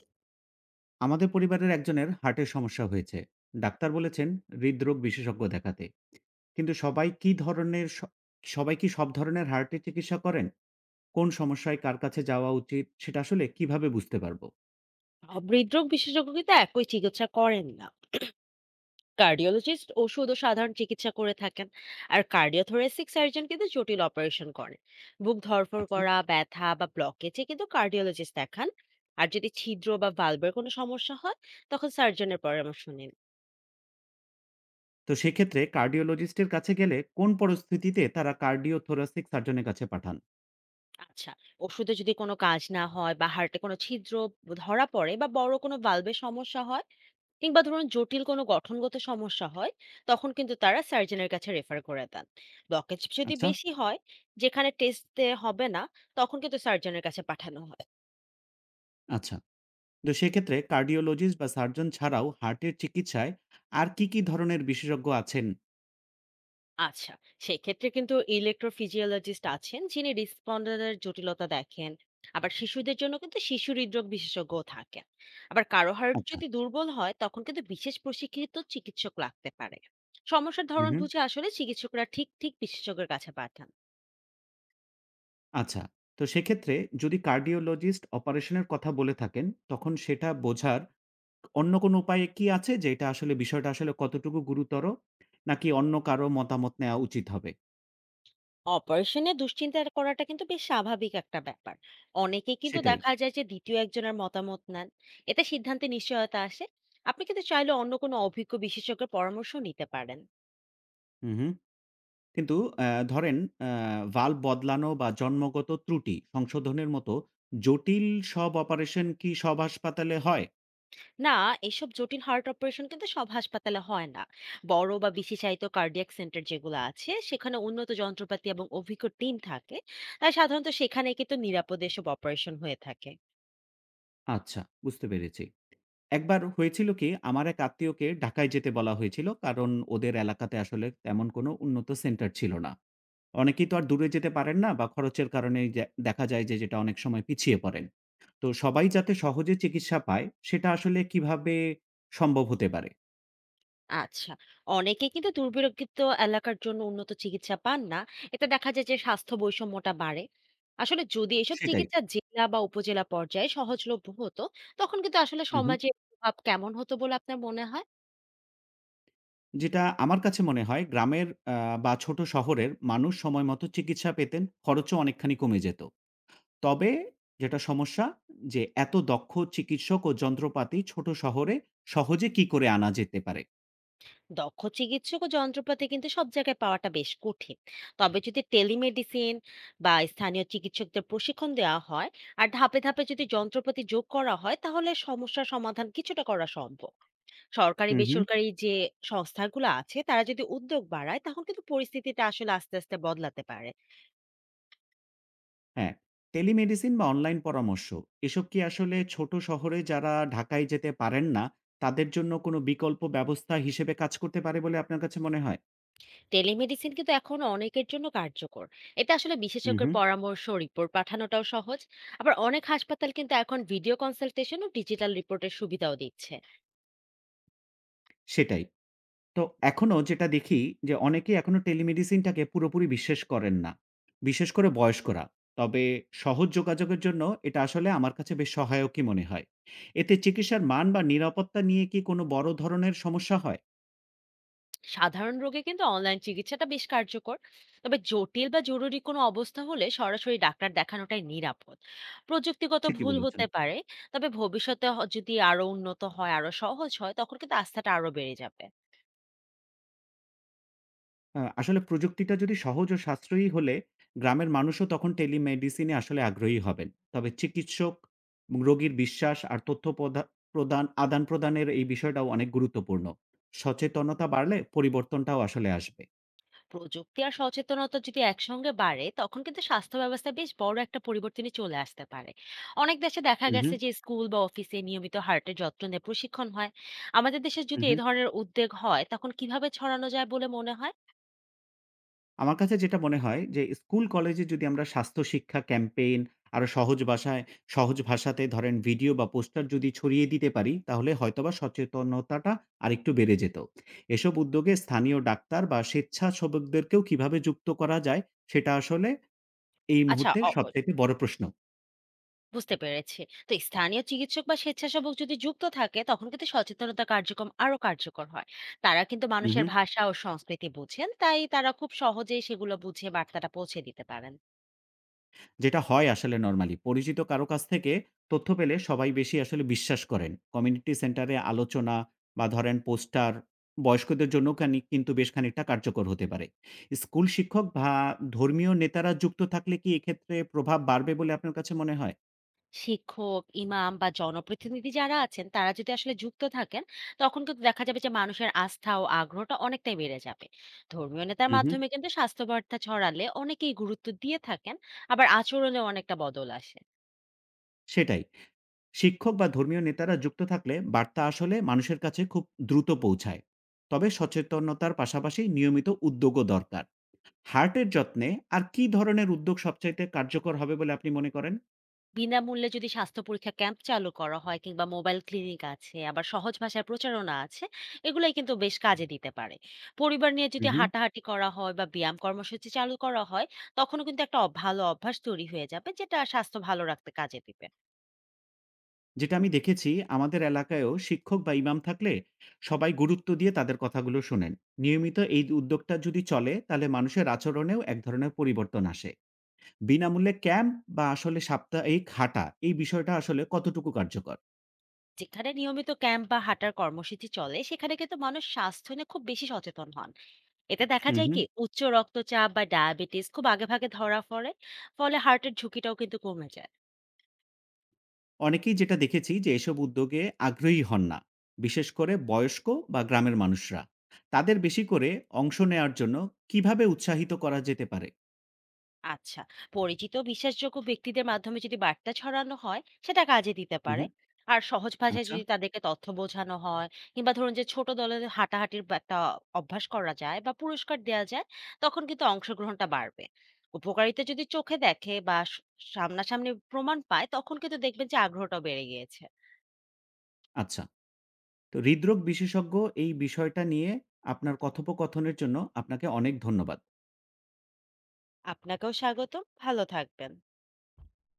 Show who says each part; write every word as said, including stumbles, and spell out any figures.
Speaker 1: আমাদের পরিবারের একজনের হার্টের সমস্যা হয়েছে। ডাক্তার বলেছেন হৃদরোগ বিশেষজ্ঞ দেখাতে। কিন্তু সবাই কি ধরনের স- সবাই কি সব ধরনের হার্টের চিকিৎসা করেন? কোন সমস্যায় কার কাছে যাওয়া উচিত সেটা আসলে কিভাবে বুঝতে পারবো?
Speaker 2: সব হৃদরোগ বিশেষজ্ঞ কিন্তু একই চিকিৎসা করেন না। কার্ডিওলজিস্ট ওষুধ ও সাধারণ চিকিৎসা করে থাকেন। আর কার্ডিওথোরেসিক সার্জন কিন্তু জটিল অপারেশন করেন। বুক ধরফর
Speaker 1: আচ্ছা,
Speaker 2: করা ব্যথা বা ব্লকেজে কিন্তু কার্ডিওলজিস্ট দেখান। আর যদি ছিদ্র বা ভালভের কোনো সমস্যা হয়, তখন সার্জনের পরামর্শ নিন।
Speaker 1: তো সেক্ষেত্রে কার্ডিওলজিস্টের কাছে গেলে কোন পরিস্থিতিতে তারা কার্ডিও থোরাসিক সার্জনের কাছে পাঠান?
Speaker 2: আচ্ছা, ওষুধে যদি কোনো কাজ না হয় বা হার্টে কোনো ছিদ্র ধরা পড়ে বা বড় কোনো ভালভে সমস্যা হয়, কিংবা ধরুন জটিল কোনো গঠনগত সমস্যা হয়, তখন কিন্তু তারা সার্জনের কাছে রেফার করে দেন। ব্লকেজ যদি
Speaker 1: আচ্ছা।
Speaker 2: বেশি হয়, যেখানে টেস্টে হবে না, তখন কিন্তু সার্জনের কাছে পাঠানো হয়।
Speaker 1: আচ্ছা, তো সেক্ষেত্রে কার্ডিওলজিস্ট বা সার্জন ছাড়াও হার্টের চিকিৎসায় আর কি কি ধরনের বিশেষজ্ঞ আছেন?
Speaker 2: আচ্ছা, সেক্ষেত্রে কিন্তু ইলেকট্রোফিজিওলজিস্ট আছেন যিনি রেসপন্ডারের জটিলতা দেখেন। আবার শিশুদের জন্য কিন্তু শিশু হৃদরোগ বিশেষজ্ঞ থাকেন। আবার কারো হার্ট
Speaker 1: আচ্ছা।
Speaker 2: যদি দুর্বল হয়, তখন কিন্তু বিশেষ প্রশিক্ষিত চিকিৎসক লাগতে পারে। সমস্যার ধরন
Speaker 1: হুম।
Speaker 2: বুঝে আসলে চিকিৎসকরা ঠিক ঠিক বিশেষজ্ঞের কাছে পাঠান।
Speaker 1: আচ্ছা। তো সেক্ষেত্রে যদি কার্ডিওলজিস্ট অপারেশনের কথা বলে থাকেন, তখন সেটা বোঝার অন্য কোনো উপায় কি আছে, যে এটা আসলে বিষয়টা আসলে কতটুকু গুরুতর? নাকি অন্য কারো মতামত নেয়া উচিত হবে?
Speaker 2: অপারেশনে দুশ্চিন্তা করাটা কিন্তু বেশ স্বাভাবিক একটা ব্যাপার। অনেকেই কিন্তু
Speaker 1: সেটাই।
Speaker 2: দেখা যায় যে দ্বিতীয় একজনের মতামত নেন। এতে সিদ্ধান্তে নিশ্চয়তা আসে। আপনি কিন্তু চাইলে অন্য কোনো অভিজ্ঞ বিশেষজ্ঞের পরামর্শ নিতে পারেন।
Speaker 1: হুম, হুম। কিন্তু অ্যা ধরেন অ্যা ভাল্ব বদলানো বা জন্মগত ত্রুটি সংশোধনের মতো জটিল সব অপারেশন কি সব হাসপাতালে হয়?
Speaker 2: না, এসব জটিল হার্ট অপারেশন কিন্তু সব হাসপাতালে হয় না। বড় বা বিশেষায়িত কার্ডিয়াক সেন্টার যেগুলো আছে সেখানে উন্নত যন্ত্রপাতি এবং অভিজ্ঞ টিম থাকে। তাই সাধারণত সেখানে কিন্তু নিরাপদে এসব অপারেশন হয়ে থাকে।
Speaker 1: আচ্ছা, বুঝতে পেরেছি। একবার হয়েছিল কি, আমার এক আত্মীয়কে ঢাকায় যেতে বলা হয়েছিল, কারণ ওদের এলাকাতে আসলে তেমন কোনো উন্নত সেন্টার ছিল না। অনেকেই তো আর দূরে যেতে পারেন না, বা খরচের কারণেই যে দেখা যায় যে যেটা অনেক সময় পিছিয়ে পড়েন। তো সবাই যাতে সহজে চিকিৎসা পায় সেটা আসলে কিভাবে সম্ভব হতে পারে?
Speaker 2: আচ্ছা। অনেকে কিন্তু দুর্বিরক্ষিত এলাকার জন্য উন্নত চিকিৎসা পান না। এতে দেখা যায় যে স্বাস্থ্য বৈষম্যটা বাড়ে। আসলে যদি এসব
Speaker 1: সেটাই।
Speaker 2: চিকিৎসা জেলা বা উপজেলা পর্যায়ে সহজলভ্য হতো, তখন কিন্তু আসলে
Speaker 1: হু, হু।
Speaker 2: সমাজে এর প্রভাব কেমন হতো বলে আপনার মনে হয়?
Speaker 1: যেটা আমার কাছে মনে হয়, গ্রামের আ বা ছোট শহরের মানুষ সময়মতো চিকিৎসা পেতেন, খরচও অনেকখানি কমে যেত। তবে যেটা সমস্যা, যে এত দক্ষ চিকিৎসক ও যন্ত্রপাতি ছোট শহরে সহজে কি করে আনা যেতে পারে?
Speaker 2: দক্ষ চিকিৎসক ও যন্ত্রপাতি কিন্তু সব জায়গায় পাওয়াটা বেশ কঠিন। তবে যদি টেলিমেডিসিন বা স্থানীয় চিকিৎসকদের প্রশিক্ষণ দেওয়া হয়, আর ধাপে, ধাপে যদি যন্ত্রপাতি যোগ করা হয়, তাহলে সমস্যার সমাধান কিছুটা করা সম্ভব। সরকারি
Speaker 1: হু, হু।
Speaker 2: বেসরকারি যে সংস্থাগুলো আছে তারা যদি উদ্যোগ বাড়ায়, তখন কিন্তু পরিস্থিতিটা আসলে আস্তে আস্তে বদলাতে পারে।
Speaker 1: হ্যাঁ, টেলিমেডিসিন বা অনলাইন পরামর্শ, এসব কি আসলে ছোট শহরে যারা ঢাকায় যেতে পারেন না, তাদের জন্য কোনো বিকল্প ব্যবস্থা হিসেবে কাজ করতে পারে বলে আপনার কাছে মনে হয়?
Speaker 2: টেলিমেডিসিন কিন্তু এখন অনেকের জন্য কার্যকর। এতে আসলে
Speaker 1: হুম,
Speaker 2: বিশেষজ্ঞের
Speaker 1: হুম।
Speaker 2: পরামর্শ রিপোর্ট পাঠানোটাও সহজ। আবার অনেক হাসপাতাল কিন্তু এখন ভিডিও কনসালটেশন ও ডিজিটাল রিপোর্টের সুবিধাও দিচ্ছে।
Speaker 1: সেটাই। তো এখনো যেটা দেখি, যে অনেকেই এখনো টেলিমেডিসিনটাকে পুরোপুরি বিশ্বাস করেন না। বিশেষ করে বয়স্করা। তবে সহজ যোগাযোগের জন্য এটা আসলে আমার কাছে বেশ সহায়কই মনে হয়। এতে চিকিৎসার মান বা নিরাপত্তা নিয়ে কি কোনো বড় ধরনের সমস্যা হয়?
Speaker 2: সাধারণ রোগে কিন্তু অনলাইন চিকিৎসাটা বেশ কার্যকর। তবে জটিল বা জরুরি কোনো অবস্থা হলে সরাসরি ডাক্তার দেখানোটাই নিরাপদ। প্রযুক্তিগত
Speaker 1: ঠিকই
Speaker 2: ভুল
Speaker 1: বলেছেন।
Speaker 2: হতে পারে। তবে ভবিষ্যতে হ- যদি আরো উন্নত হয়, আরো সহজ হয়, তখন কিন্তু আস্থাটা আরো বেড়ে যাবে।
Speaker 1: আ আসলে প্রযুক্তিটা যদি সহজ ও সাশ্রয়ী হলে গ্রামের মানুষও তখন টেলিমেডিসিনে আসলে আগ্রহী হবেন। তবে চিকিৎসক এবং রোগীর বিশ্বাস আর তথ্য প্রদা প্রদান আদান-প্রদানের এই বিষয়টাও অনেক গুরুত্বপূর্ণ। সচেতনতা বাড়লে পরিবর্তনটাও আসলে আসবে।
Speaker 2: প্রযুক্তি আর সচেতনতা যদি একসঙ্গে বাড়ে, তখন কিন্তু স্বাস্থ্য ব্যবস্থা বেশ বড় একটা পরিবর্তনে চলে আসতে পারে। অনেক দেশে দেখা
Speaker 1: হু, হু,
Speaker 2: গেছে যে স্কুল বা অফিসে নিয়মিত হার্টের যত্ন নিয়ে প্রশিক্ষণ হয়। আমাদের দেশে
Speaker 1: হু,
Speaker 2: যদি
Speaker 1: হু।
Speaker 2: এই ধরনের উদ্যোগ হয়, তখন কিভাবে ছড়ানো যায় বলে মনে হয়?
Speaker 1: আমার কাছে যেটা মনে হয়, যে স্কুল কলেজে যদি আমরা স্বাস্থ্য শিক্ষা ক্যাম্পেইন আরো সহজ ভাষায় সহজ ভাষাতে ধরেন ভিডিও বা পোস্টার যদি ছড়িয়ে দিতে পারি, তাহলে হয়তোবা সচেতনতাটা আরেকটু বেড়ে যেত। এসব উদ্যোগে স্থানীয় ডাক্তার বা স্বেচ্ছাসেবকদেরকেও কিভাবে যুক্ত করা যায়, সেটা আসলে এই
Speaker 2: আচ্ছা,
Speaker 1: মুহূর্তে সবচেয়ে বড় প্রশ্ন।
Speaker 2: বুঝতে পেরেছি। তো স্থানীয় চিকিৎসক বা স্বেচ্ছাসেবক যদি যুক্ত থাকে, তখন কিন্তু সচেতনতা কার্যক্রম আরো কার্যকর হয়। তারা কিন্তু
Speaker 1: হুম।
Speaker 2: মানুষের ভাষা ও সংস্কৃতি বুঝেন, তাই তারা খুব সহজেই সেগুলো বুঝে বার্তাটা পৌঁছে দিতে পারেন।
Speaker 1: যেটা হয় আসলে নরমালি, পরিচিত কারো কাছ থেকে তথ্য পেলে সবাই বেশি আসলে বিশ্বাস করেন। কমিউনিটি সেন্টারে আলোচনা বা ধরেন পোস্টার বয়স্কদের জন্য খানি কিন্তু বেশ খানিকটা কার্যকর হতে পারে। স্কুল শিক্ষক বা ধর্মীয় নেতারা যুক্ত থাকলে কি এক্ষেত্রে প্রভাব বাড়বে বলে আপনার কাছে মনে হয়?
Speaker 2: শিক্ষক, ইমাম বা জনপ্রতিনিধি যারা আছেন তারা যদি আসলে যুক্ত থাকেন, তখন কিন্তু দেখা যাবে যে মানুষের আস্থা ও আগ্রহটা অনেকটাই বেড়ে যাবে। ধর্মীয় নেতার
Speaker 1: হুম, হুম।
Speaker 2: মাধ্যমে কিন্তু স্বাস্থ্য বার্তা ছড়ালে অনেকেই গুরুত্ব দিয়ে থাকেন, আবার আচরণেও অনেকটা বদল আসে।
Speaker 1: সেটাই। শিক্ষক বা ধর্মীয় নেতারা যুক্ত থাকলে বার্তা আসলে মানুষের কাছে খুব দ্রুত পৌঁছায়। তবে সচেতনতার পাশাপাশি নিয়মিত উদ্যোগও দরকার। হার্টের যত্নে আর কি ধরনের উদ্যোগ সবচাইতে কার্যকর হবে বলে আপনি মনে করেন?
Speaker 2: বিনামূল্যে যদি স্বাস্থ্য পরীক্ষা ক্যাম্প চালু করা হয়, কিংবা মোবাইল ক্লিনিক আছে, আবার সহজ ভাষায় প্রচারণা আছে, এগুলাই কিন্তু বেশ কাজে দিতে পারে। পরিবার নিয়ে
Speaker 1: হু,
Speaker 2: যদি
Speaker 1: হু।
Speaker 2: হাঁটাহাঁটি করা হয় বা ব্যায়াম কর্মসূচি চালু করা হয়, তখনও কিন্তু একটা অভ- ভালো অভ্যাস তৈরি হয়ে যাবে, যেটা স্বাস্থ্য ভালো রাখতে কাজে দিবে।
Speaker 1: যেটা আমি দেখেছি, আমাদের এলাকায়ও শিক্ষক বা ইমাম থাকলে সবাই গুরুত্ব দিয়ে তাদের কথাগুলো শোনেন। নিয়মিত এই উদ্যোগটা যদি চলে, তাহলে মানুষের আচরণেও এক ধরনের পরিবর্তন আসে। বিনামূল্যে ক্যাম্প বা আসলে সাপ্তাহিক হাঁটা, এই বিষয়টা আসলে কতটুকু কার্যকর?
Speaker 2: যেখানে নিয়মিত ক্যাম্প বা হাঁটার কর্মসূচি চলে সেখানে কিন্তু মানুষ স্বাস্থ্য নিয়ে খুব বেশি সচেতন হন। এতে দেখা
Speaker 1: হু,
Speaker 2: যায়
Speaker 1: হু।
Speaker 2: কি উচ্চ রক্তচাপ বা ডায়াবেটিস খুব আগেভাগে ধরা পড়ে, ফলে হার্টের ঝুঁকিটাও কিন্তু কমে যায়।
Speaker 1: অনেকেই যেটা দেখেছি, যে এসব উদ্যোগে আগ্রহী হন না, বিশেষ করে বয়স্ক বা গ্রামের মানুষরা। তাদের বেশি করে অংশ নেওয়ার জন্য কিভাবে উৎসাহিত করা যেতে পারে?
Speaker 2: আচ্ছা, পরিচিত বিশ্বাসযোগ্য ব্যক্তিদের মাধ্যমে যদি বার্তা ছড়ানো হয়, সেটা কাজে দিতে
Speaker 1: হুম,
Speaker 2: পারে।
Speaker 1: হুম।
Speaker 2: আর সহজ ভাষায়
Speaker 1: আচ্ছা।
Speaker 2: যদি তাদেরকে তথ্য বোঝানো হয়, কিংবা ধরুন যে ছোট দলে হাঁটাহাঁটির বা একটা অভ্যাস করা যায় বা পুরস্কার দেওয়া যায়, তখন কিন্তু অংশগ্রহণটা বাড়বে। উপকারিতা যদি চোখে দেখে বা স- সামনাসামনি প্রমাণ পায়, তখন কিন্তু দেখবেন যে আগ্রহটা বেড়ে গিয়েছে।
Speaker 1: আচ্ছা, তো হৃদরোগ বিশেষজ্ঞ এই বিষয়টা নিয়ে আপনার কথোপকথনের জন্য আপনাকে অনেক ধন্যবাদ।
Speaker 2: আপনাকেও স্বাগতম, ভালো থাকবেন।